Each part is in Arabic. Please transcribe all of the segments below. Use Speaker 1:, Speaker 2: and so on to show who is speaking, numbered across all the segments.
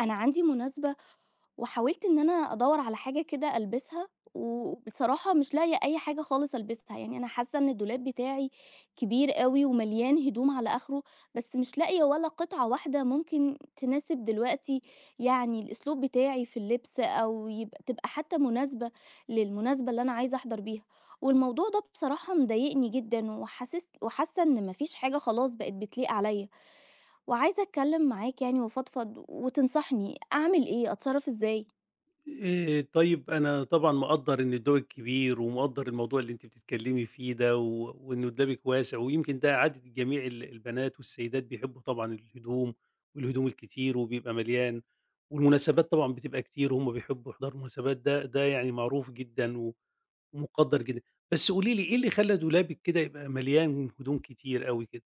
Speaker 1: أنا عندي مناسبة وحاولت إن أنا أدوّر على حاجة كده ألبسها، وبصراحة مش لاقية أي حاجة خالص ألبسها، يعني أنا حاسة إن الدولاب بتاعي كبير أوي ومليان هدوم على آخره، بس مش لاقية ولا قطعة واحدة ممكن تناسب دلوقتي يعني الأسلوب بتاعي في اللبس، أو تبقى حتى مناسبة للمناسبة اللي أنا عايزة أحضر بيها، والموضوع ده بصراحة مضايقني جدًا، وحاسة إن ما فيش حاجة خلاص بقت بتليق عليَّ. وعايزة أتكلم معاك يعني وأفضفض وتنصحني أعمل إيه، أتصرف إزاي؟
Speaker 2: طيب أنا طبعًا مقدّر إن دولِك كبير، ومقدّر الموضوع اللي أنتِ بتتكلمي فيه ده، وإنه دولابِك واسع، ويمكن ده عادة جميع البنات والسيدات بيحبوا طبعًا الهدوم، والهدوم الكتير وبيبقى مليان، والمناسبات طبعًا بتبقى كتير، وهُم بيحبوا يحضروا المناسبات ده يعني معروف جدًا ومُقدّر جدًا. بس قولي لي إيه اللي خلّى دولابِك كده يبقى مليان هدوم كتير أوي كده؟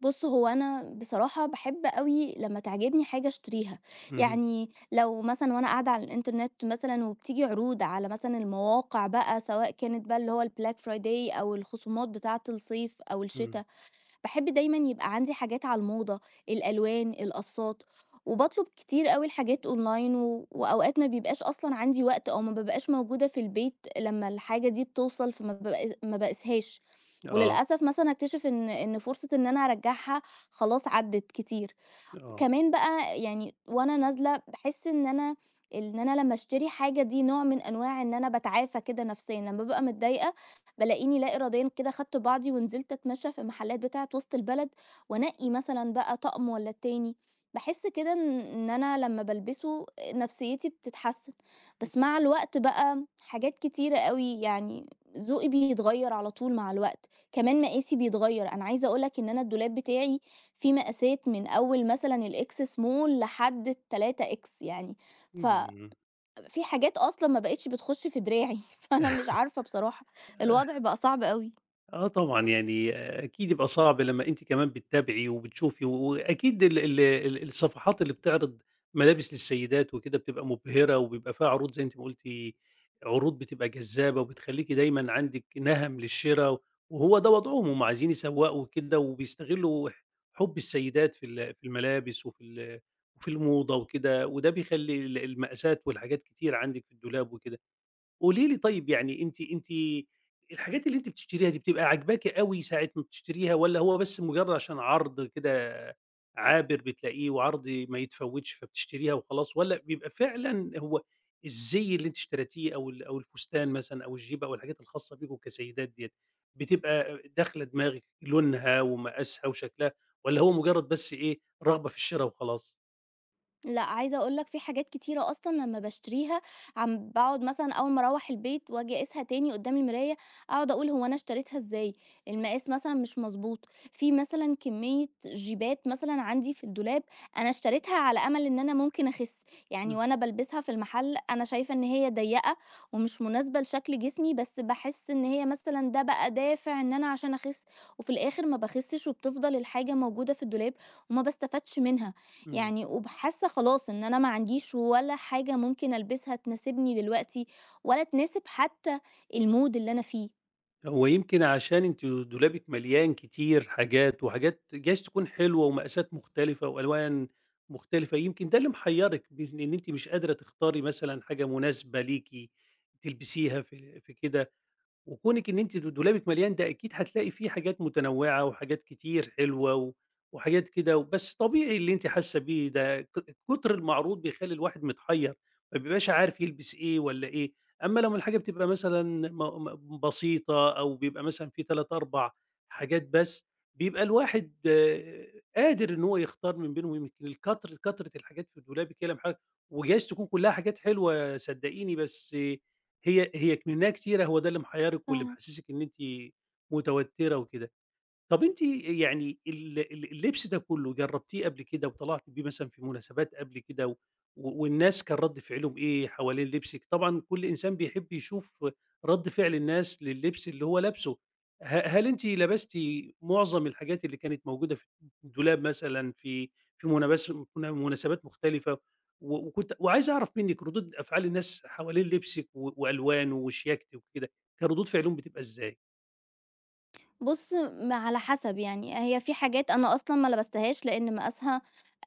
Speaker 1: بُص، هو أنا بصراحة باحب أوي لمّا تعجبني حاجة أشتريها،
Speaker 2: اهم،
Speaker 1: يعني لو مثلًا وأنا قاعدة على الإنترنت مثلًا وبتيجي عروض على مثلًا المواقع بقى، سواء كانت بقى اللي هو الBlack Friday أو الخصومات بتاعة الصيف أو
Speaker 2: إمم،
Speaker 1: الشتا. باحب دايمًا يبقى عندي حاجات على الموضة، الألوان، القصّات، وباطلب كتير أوي الحاجات أونلاين، و وأوقات ما بيبقاش أصلًا عندي وقت، أو ما بابقاش موجودة في البيت لمّا الحاجة دي بتوصل، فما باق ما باقيسهاش،
Speaker 2: آه،
Speaker 1: وللأسف مثلًا أكتشف إن فرصة إن أنا أرجّعها خلاص عدِّت كتير.
Speaker 2: آه،
Speaker 1: كمان بقى يعني وأنا نازلة باحس إن أنا، إن أنا لمّا أشتري حاجة دي نوع من أنواع إن أنا باتعافى كده نفسيًا، لمّا بابقى متضايقة بالاقيني لا إراديًا كده خدت بعضي ونزلت أتمشى في المحلات بتاعة وسط البلد، وأنقي مثلًا بقى طقم والّا التاني، باحس كده إن أنا لمّا بالبسه نفسيتي بتتحسن، بس مع الوقت بقى حاجات كتيرة أوي يعني ذوقي بيتغير على طول مع الوقت، كمان مقاسي بيتغير، أنا عايزة أقول لك إن أنا الدولاب بتاعي في مقاسات من أول مثلًا الX small لحد ال3X يعني،
Speaker 2: إمم.
Speaker 1: ففي حاجات أصلًا ما بقتش بتخش في دراعي، فأنا مش عارفة بصراحة، الوضع بقى صعب أوي.
Speaker 2: آه طبعًا، يعني أكيد يبقى صعب لمّا أنتِ كمان بتتابعي وبتشوفي، وأكيد ال ال ال الصفحات اللي بتعرض ملابس للسيدات وكده بتبقى مبهرة، وبيبقى فيها عروض زي أنتِ ما قُلتِ، عروض بتبقى جذابة وبتخلّيكِ دايمًا عندِك نَهَم للشرا، وهو ده وضعهم، هُم عايزين يسوّقوا كده وبيستغلوا حُب السيدات في الملابس وفي الموضة وكده، وده بيخلّي المقاسات والحاجات كتير عندِك في الدولاب وكده. قولي لي طيب يعني أنتِ الحاجات اللي أنتِ بتشتريها دي بتبقى عاجباكِ أوي ساعة ما بتشتريها والّا هو بس مجرد عشان عرض كده عابر بتلاقيه وعرض ما يتفوّتش فبتشتريها وخلاص، والّا بيبقى فعلًا هو الزي اللي أنتِ اشتريتيه أو الفستان مثلًا أو الجيبة أو الحاجات الخاصة بيكم كسيدات ديّة، بتبقى داخلة دماغِك لونها ومقاسها وشكلها والّا هو مجرد بس إيه، رغبة في الشرا وخلاص؟
Speaker 1: لأ، عايزة أقول لك، في حاجات كتيرة أصلًا لمّا باشتريها عم باقعد مثلًا أول ما أروّح البيت وآجي أقيسها تاني قدّام المراية، أقعد أقول هو أنا اشتريتها إزاي؟ المقاس مثلًا مش مضبوط، في مثلًا كمية جيبات مثلًا عندي في الدولاب أنا اشتريتها على أمل إن أنا ممكن أخس، يعني
Speaker 2: إمم،
Speaker 1: وأنا بالبسها في المحل أنا شايفة إن هي ضيّقة ومش مناسبة لشكل جسمي، بس باحس إن هي مثلًا ده بقى دافع إن أنا عشان أخس، وفي الآخر ما باخسش وبتفضل الحاجة موجودة في الدولاب وما باستفادش منها.
Speaker 2: إمم.
Speaker 1: يعني وب حاسة خلاص إن أنا ما عنديش ولا حاجة ممكن ألبسها تناسبني دلوقتي، ولا تناسب حتى الmood اللي أنا فيه.
Speaker 2: هو يمكن عشان أنتِ دولابِك مليان كتير حاجات، وحاجات جايز تكون حلوة ومقاسات مختلفة وألوان مختلفة، يمكن ده اللي محيّرِك بين إن أنتِ مش قادرة تختاري مثلًا حاجة مناسبة ليكِ تلبسيها في كده. وكونِك إن أنتِ دولابِك مليان ده أكيد هتلاقي فيه حاجات متنوعة وحاجات كتير حلوة وحاجات كده، بس طبيعي اللي أنتِ حاسة بيه ده كتر المعروض بيخلّي الواحد متحيّر، ما بيبقاش عارف يلبس إيه والّا إيه، أمّا لمّا الحاجة بتبقى مثلًا م م بسيطة أو بيبقى مثلًا في 3، 4 حاجات بس، بيبقى الواحد آه، قادر إن هو يختار من بينهم، يمكن كترة الحاجات في دولابِك هي اللي محيّرة وجايز تكون كلّها حاجات حلوة صدّقيني، بس هي منها كتيرة، هو ده اللي محيّرِك
Speaker 1: ف
Speaker 2: واللي محسّسِك إن أنتِ متوتّرة وكده. طب أنتِ يعني ال ال اللبس ده كلّه جرّبتيه قبل كده وطلعتِ بيه مثلًا في مناسبات قبل كده والناس كان رَد فعلهم إيه حوالين لبسِك؟ طبعًا كل إنسان بيحب يشوف رَد فعل الناس لللبس اللي هو لابسه، هل أنتِ لبستِ معظم الحاجات اللي كانت موجودة في الدولاب مثلًا في مناسبات مختلفة؟ وكنت وعايز أعرف منِّك ردود أفعال الناس حوالين لبسِك وألوانه وشياكته وكده، كان ردود فعلهم بتبقى إزاي؟
Speaker 1: بُص، على حسب يعني، هي في حاجات أنا أصلًا ما لبستهاش لإن مقاسها،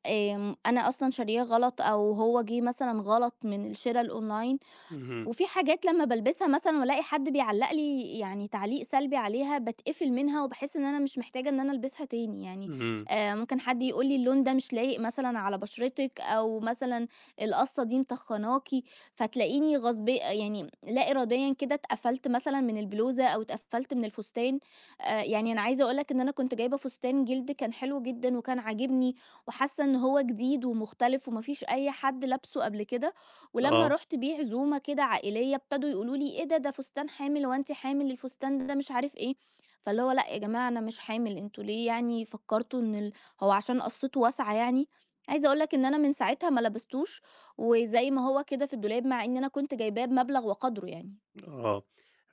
Speaker 1: أنا أصلًا شارياه غلط، أو هو جِه مثلًا غلط من الشِرا الأونلاين،
Speaker 2: اهم،
Speaker 1: وفي حاجات لمّا بالبسها مثلًا والاقي حد بيعلّق لي يعني تعليق سلبي عليها باتقفل منها، وباحس إن أنا مش محتاجة إن أنا ألبسها تاني، يعني
Speaker 2: اهم،
Speaker 1: ممكن حد يقول لي اللون ده مش لايق مثلًا على بشرتِك، أو مثلًا القصة دي مطخناكِ، فتلاقيني غصب يعني لا إراديًا كده اتقفلت مثلًا من البلوزة أو اتقفلت من الفستان، يعني أنا عايزة أقول لك إن أنا كنت جايبة فستان جلد كان حلو جدًا وكان عاجبني، وحاسة إن هو جديد ومختلف وما فيش أي حد لابسه قبل كده. ولمّا
Speaker 2: آه.
Speaker 1: رُحت بيه عزومة كده عائلية، ابتدوا يقولوا لي: "إيه ده، ده فستان حامل، هو أنتِ حامل؟ الفستان ده مش عارف إيه." فاللي هو لأ يا جماعة، أنا مش حامل، أنتم ليه يعني فكّرتوا إن هو عشان قصته واسعة يعني؟ عايزة أقول لك إن أنا من ساعتها ما لبستوش، وزي ما هو كده في الدولاب، مع إن أنا كنت جايباه بمبلغ وقدره يعني.
Speaker 2: آه.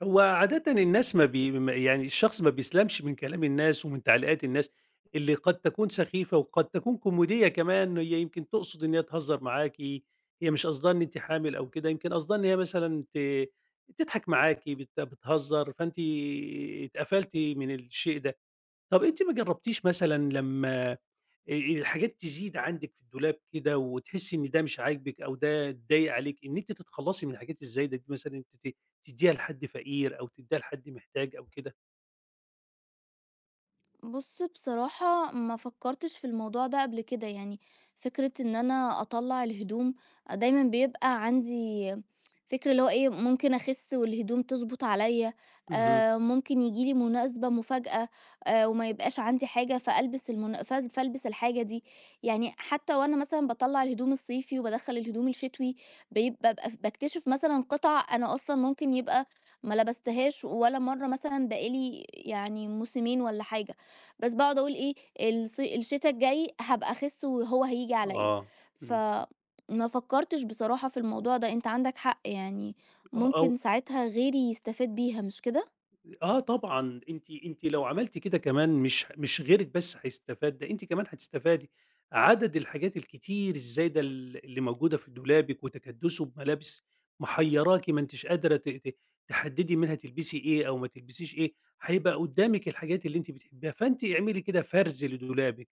Speaker 2: هو عادةً الناس ما بي ما يعني الشخص ما بيسلَمش من كلام الناس ومن تعليقات الناس اللي قد تكون سخيفة وقد تكون كوميدية كمان، هي يمكن تقصد إن هي تهزّر معاكِ، هي مش قصدها إن أنتِ حامل أو كده، يمكن قصدها إن هي مثلًا تضحك معاكِ، بتهزّر، فأنتِ اتقفلتِ من الشيء ده. طَب أنتِ ما جرّبتيش مثلًا لمّا الحاجات تزيد عندِك في الدولاب كده وتحسّي إن ده مش عاجبِك أو ده ضايق عليكِ، إن أنتِ تتخلّصي من الحاجات الزايدة دي مثلًا أنتِ تدّيها لحد فقير أو تدّيها لحد محتاج أو كده؟
Speaker 1: بُص بصراحة ما فكّرتش في الموضوع ده قبل كده، يعني فكرة إن أنا أطلّع الهدوم، آه، دايمًا بيبقى عندي فكرة اللي هو إيه، ممكن أخِس والهدوم تضبُط عليّا،
Speaker 2: اهم.
Speaker 1: ممكن ييجي لي مناسبة مفاجأة وما يبقاش عندي حاجة فألبس المن ف فألبس الحاجة دي، يعني حتى وأنا مثلًا باطلّع الهدوم الصيفي وبادخّل الهدوم الشتوي بابقى باكتشف مثلًا قِطَع أنا أصلًا ممكن يبقى ما لبستهاش ولا مرّة، مثلًا بقى لي يعني موسمين والّا حاجة. بس باقعد أقول إيه، الشتا الجاي هابقى أخس وهو هييجي عليّا،
Speaker 2: آه، إمم،
Speaker 1: فما فكّرتش بصراحة في الموضوع ده، أنت عندك حق يعني،
Speaker 2: أ
Speaker 1: ممكن
Speaker 2: أو
Speaker 1: ساعتها غيري يستفاد بيها، مش كده؟
Speaker 2: آه طبعًا، أنتِ لو عملتِ كده كمان مش غيرِك بس هيستفاد، ده أنتِ كمان هتستفادي. عدد الحاجات الكتير الزايدة اللي موجودة في دولابِك وتكدُّسه بملابس محيّراكِ ما أنتيش قادرة ت ت تحدّدي منها تلبسي إيه أو ما تلبسيش إيه، هيبقى قدّامِك الحاجات اللي أنتِ بتحبيها، فأنتِ اعملي كده فرز لدولابِك.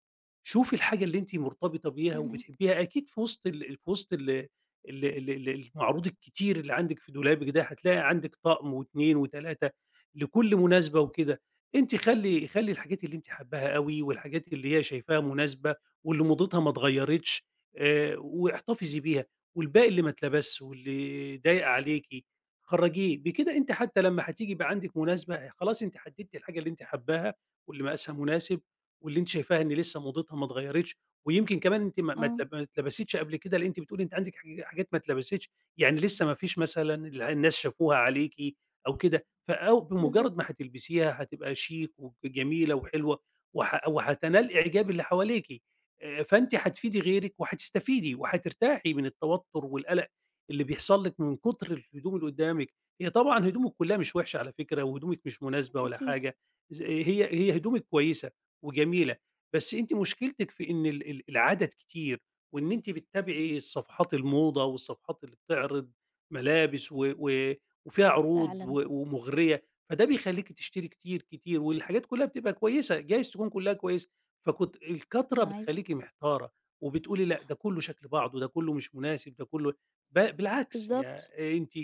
Speaker 2: شوفي الحاجة اللي أنتِ مرتبطة بيها
Speaker 1: فاهماك.
Speaker 2: وبتحبيها، أكيد في وسط ال في وسط ال ال ال ال المعروض الكتير اللي عندِك في دولابِك ده، هتلاقي عندِك طقم و2 و3 لكل مناسبة وكده. أنتِ خلّي خلّي الحاجات اللي أنتِ حاباها أوي والحاجات اللي هي شايفاها مناسبة واللي موضتها ما اتغيّرتش واحتفظي بيها، والباقي اللي ما اتلبسش واللي ضايق عليكِ خرّجيه. بكده أنتِ حتى لمّا هتيجي يبقى عندِك مناسبة، خلاص أنتِ حددتِ الحاجة اللي أنتِ حاباها واللي مقاسها مناسب واللي أنتِ شايفاها إن لسه موضتها ما اتغيّرتش، ويمكن كمان أنتِ ما ما
Speaker 1: آه،
Speaker 2: اتل ما اتلبستش قبل كده، لإن أنتِ بتقولي أنتِ عندِك حاجات ما اتلبستش، يعني لسه ما فيش مثلًا الناس شافوها عليكِ أو كده، فأو بمجرد ما
Speaker 1: بالضبط،
Speaker 2: هتلبسيها هتبقى شيك وجميلة وحلوة وهتنال إعجاب اللي حواليكِ، فأنتِ هتفيدي غيرِك وهتستفيدي وهترتاحي من التوتر والقلق اللي بيحصل لِك من كتر الهدوم اللي قدّامِك، هي طبعًا هدومِك كلها مش وحشة على فكرة وهدومِك مش مناسبة ولا
Speaker 1: أكيد،
Speaker 2: حاجة، ز هي هي هدومِك كويسة. وجميلة، بس أنتِ مشكلتِك في إن ال ال العدد كتير، وإن أنتِ بتتابعي صفحات الموضة والصفحات اللي بتعرض ملابس و و وفيها عروض
Speaker 1: فعلًا.
Speaker 2: ومغرية، فده بيخلّيكِ تشتري كتير، كتير، والحاجات كلّها بتبقى كويسة، جايز تكون كلّها كويسة، فكنت الكترة
Speaker 1: عايزة
Speaker 2: بتخلّيكِ محتارة، وبتقولي لأ ده كلّه شكل بعضه، ده كلّه مش مناسب، ده كلّه بالعكس يع
Speaker 1: بالضبط،
Speaker 2: أنتِ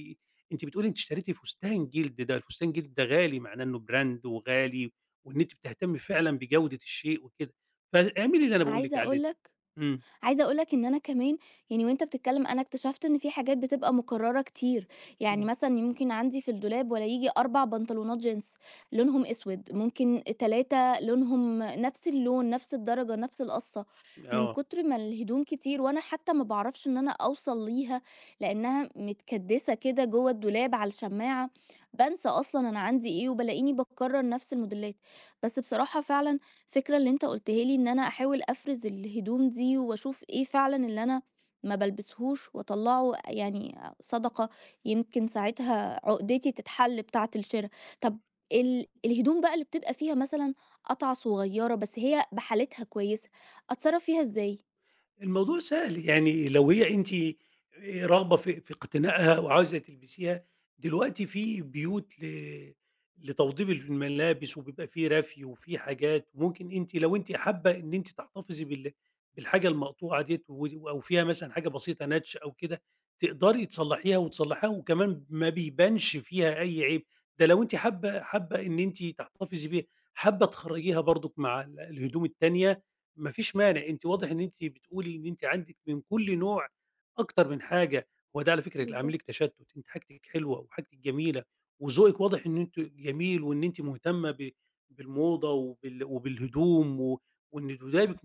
Speaker 2: أنتِ بتقولي أنتِ اشتريتِ فستان جلد، ده الفستان جلد ده غالي معناه إنه براند وغالي وإن أنتِ بتهتمي فعلًا بجودة الشيء وكده، فاعملي اللي أنا باقول لِك
Speaker 1: عايزة
Speaker 2: عليه
Speaker 1: أقول
Speaker 2: ده.
Speaker 1: لك
Speaker 2: إمم،
Speaker 1: عايزة أقول لك إن أنا كمان، يعني وأنت بتتكلم أنا اكتشفت إن في حاجات بتبقى مكررة كتير، يعني
Speaker 2: إمم،
Speaker 1: مثلا ممكن عندي في الدولاب ولا يجي 4 بنطلونات جينز لونهم أسود، ممكن 3 لونهم نفس اللون نفس الدرجة نفس القصة، من
Speaker 2: آه.
Speaker 1: كتر ما الهدوم كتير وأنا حتى ما بعرفش إن أنا أوصل ليها، لأنها متكدسة كده جوه الدولاب على الشماعة، بنسى أصلا أنا عندي إيه وبلاقيني بكرر نفس الموديلات. بس بصراحة فعلا الفكرة اللي أنت قُلتها لي إن أنا أحاول أفرز الهدوم دي وأشوف إيه فعلًا اللي أنا ما بالبسهوش وأطلّعه يعني صدقة، يمكن ساعتها عُقدتي تتحل بتاعة الشِرا. طَب الهدوم بقى اللي بتبقى فيها مثلًا قطعة صغيّرة بس هي بحالتها كويسة، أتصرّف فيها إزاي؟
Speaker 2: الموضوع سهل، يعني لو هي أنتِ راغبة في اقتنائها وعاوزة تلبسيها، دلوقتي في بيوت لتوضيب الملابس وبيبقى في رفي وفي حاجات، وممكن أنتِ لو أنتِ حابة إن أنتِ تحتفظي بالحاجة المقطوعة ديّة و أو فيها مثلًا حاجة بسيطة نَتْش أو كده، تقدري تصلّحيها وتصلّحيها وكمان ما بيبانش فيها أي عيب، ده لو أنتِ حابة حابة إن أنتِ تحتفظي بيها، حابة تخرّجيها برضُك مع الهدوم التانية ما فيش مانع، أنتِ واضح إن أنتِ بتقولي إن أنتِ عندِك من كل نوع أكتر من حاجة، هو ده على فكرة اللي عامل لِك
Speaker 1: بالضبط،
Speaker 2: تشتُّت، أنتِ حاجتِك حلوة وحاجتِك جميلة وذوقِك واضح إن أنتِ جميل وإن أنتِ مهتمة بالموضة وبالهدوم وإن دولابِك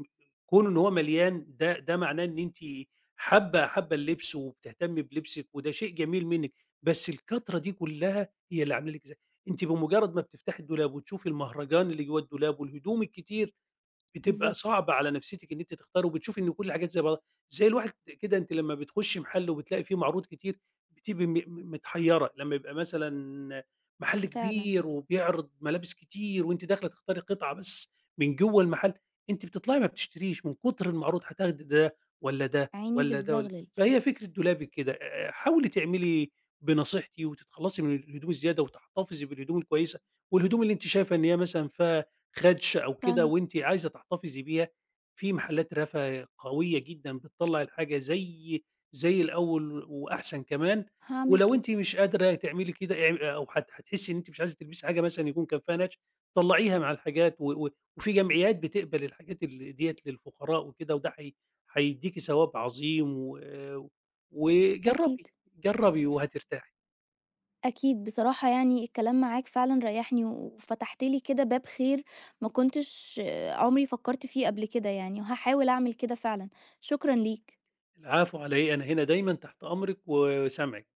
Speaker 2: كون إن هو مليان ده معناه إن أنتِ حابة حابة اللبس وبتهتمي بلبسِك وده شيء جميل منِّك، بس الكترة دي كلّها هي اللي عاملة لِك أنتِ بمجرّد ما بتفتحي الدولاب وتشوفي المهرجان اللي جوّه الدولاب والهدوم الكتير بتبقى
Speaker 1: بالضبط.
Speaker 2: صعبة على نفسيتِك إن أنتِ تختاري، وبتشوفي إن كل الحاجات زي بعضها، زي الواحد كده أنتِ لمّا بتخشي محل وبتلاقي فيه معروض كتير بتبقي م م متحيرة، لمّا يبقى مثلًا محل
Speaker 1: فعلًا،
Speaker 2: كبير وبيعرض ملابس كتير وأنتِ داخلة تختاري قطعة بس من جوّه المحل، أنتِ بتطلعي ما بتشتريش من كتر المعروض، هتاخدي ده والّا ده
Speaker 1: عيني
Speaker 2: والّا ده والّا
Speaker 1: بتزغلل.
Speaker 2: فهي فكرة دولابِك كده، حاولي تعملي بنصيحتي وتتخلّصي من الهدوم الزيادة وتحتفظي بالهدوم الكويسة، والهدوم اللي أنتِ شايفة إن هي مثلًا فيها خدشه أو كده
Speaker 1: فعلًا،
Speaker 2: وأنتِ عايزة تحتفظي بيها، في محلات رفا قوية جدًا بتطلّع الحاجة زي الأول وأحسن كمان،
Speaker 1: هاعمل
Speaker 2: ولو
Speaker 1: كده،
Speaker 2: أنتِ مش قادرة تعملي كده أو هتحسي إن أنتِ مش عايزة تلبسي حاجة مثلًا يكون كان فيها نَتش، طلّعيها مع الحاجات و و وفي جمعيات بتقبل الحاجات ال ديّة للفقراء وكده، وده هي هيديكِ ثواب عظيم و
Speaker 1: أكيد.
Speaker 2: وجرّبي، جرّبي وهترتاحي.
Speaker 1: أكيد بصراحة يعني الكلام معاك فعلًا ريحني، وفتحت لي كده باب خير، ما كنتش عمري فكرت فيه قبل كده يعني، وهاحاول أعمل كده فعلًا، شكرًا ليك.
Speaker 2: العفو على إيه، أنا هنا دايمًا تحت أمرِك وسمعِك.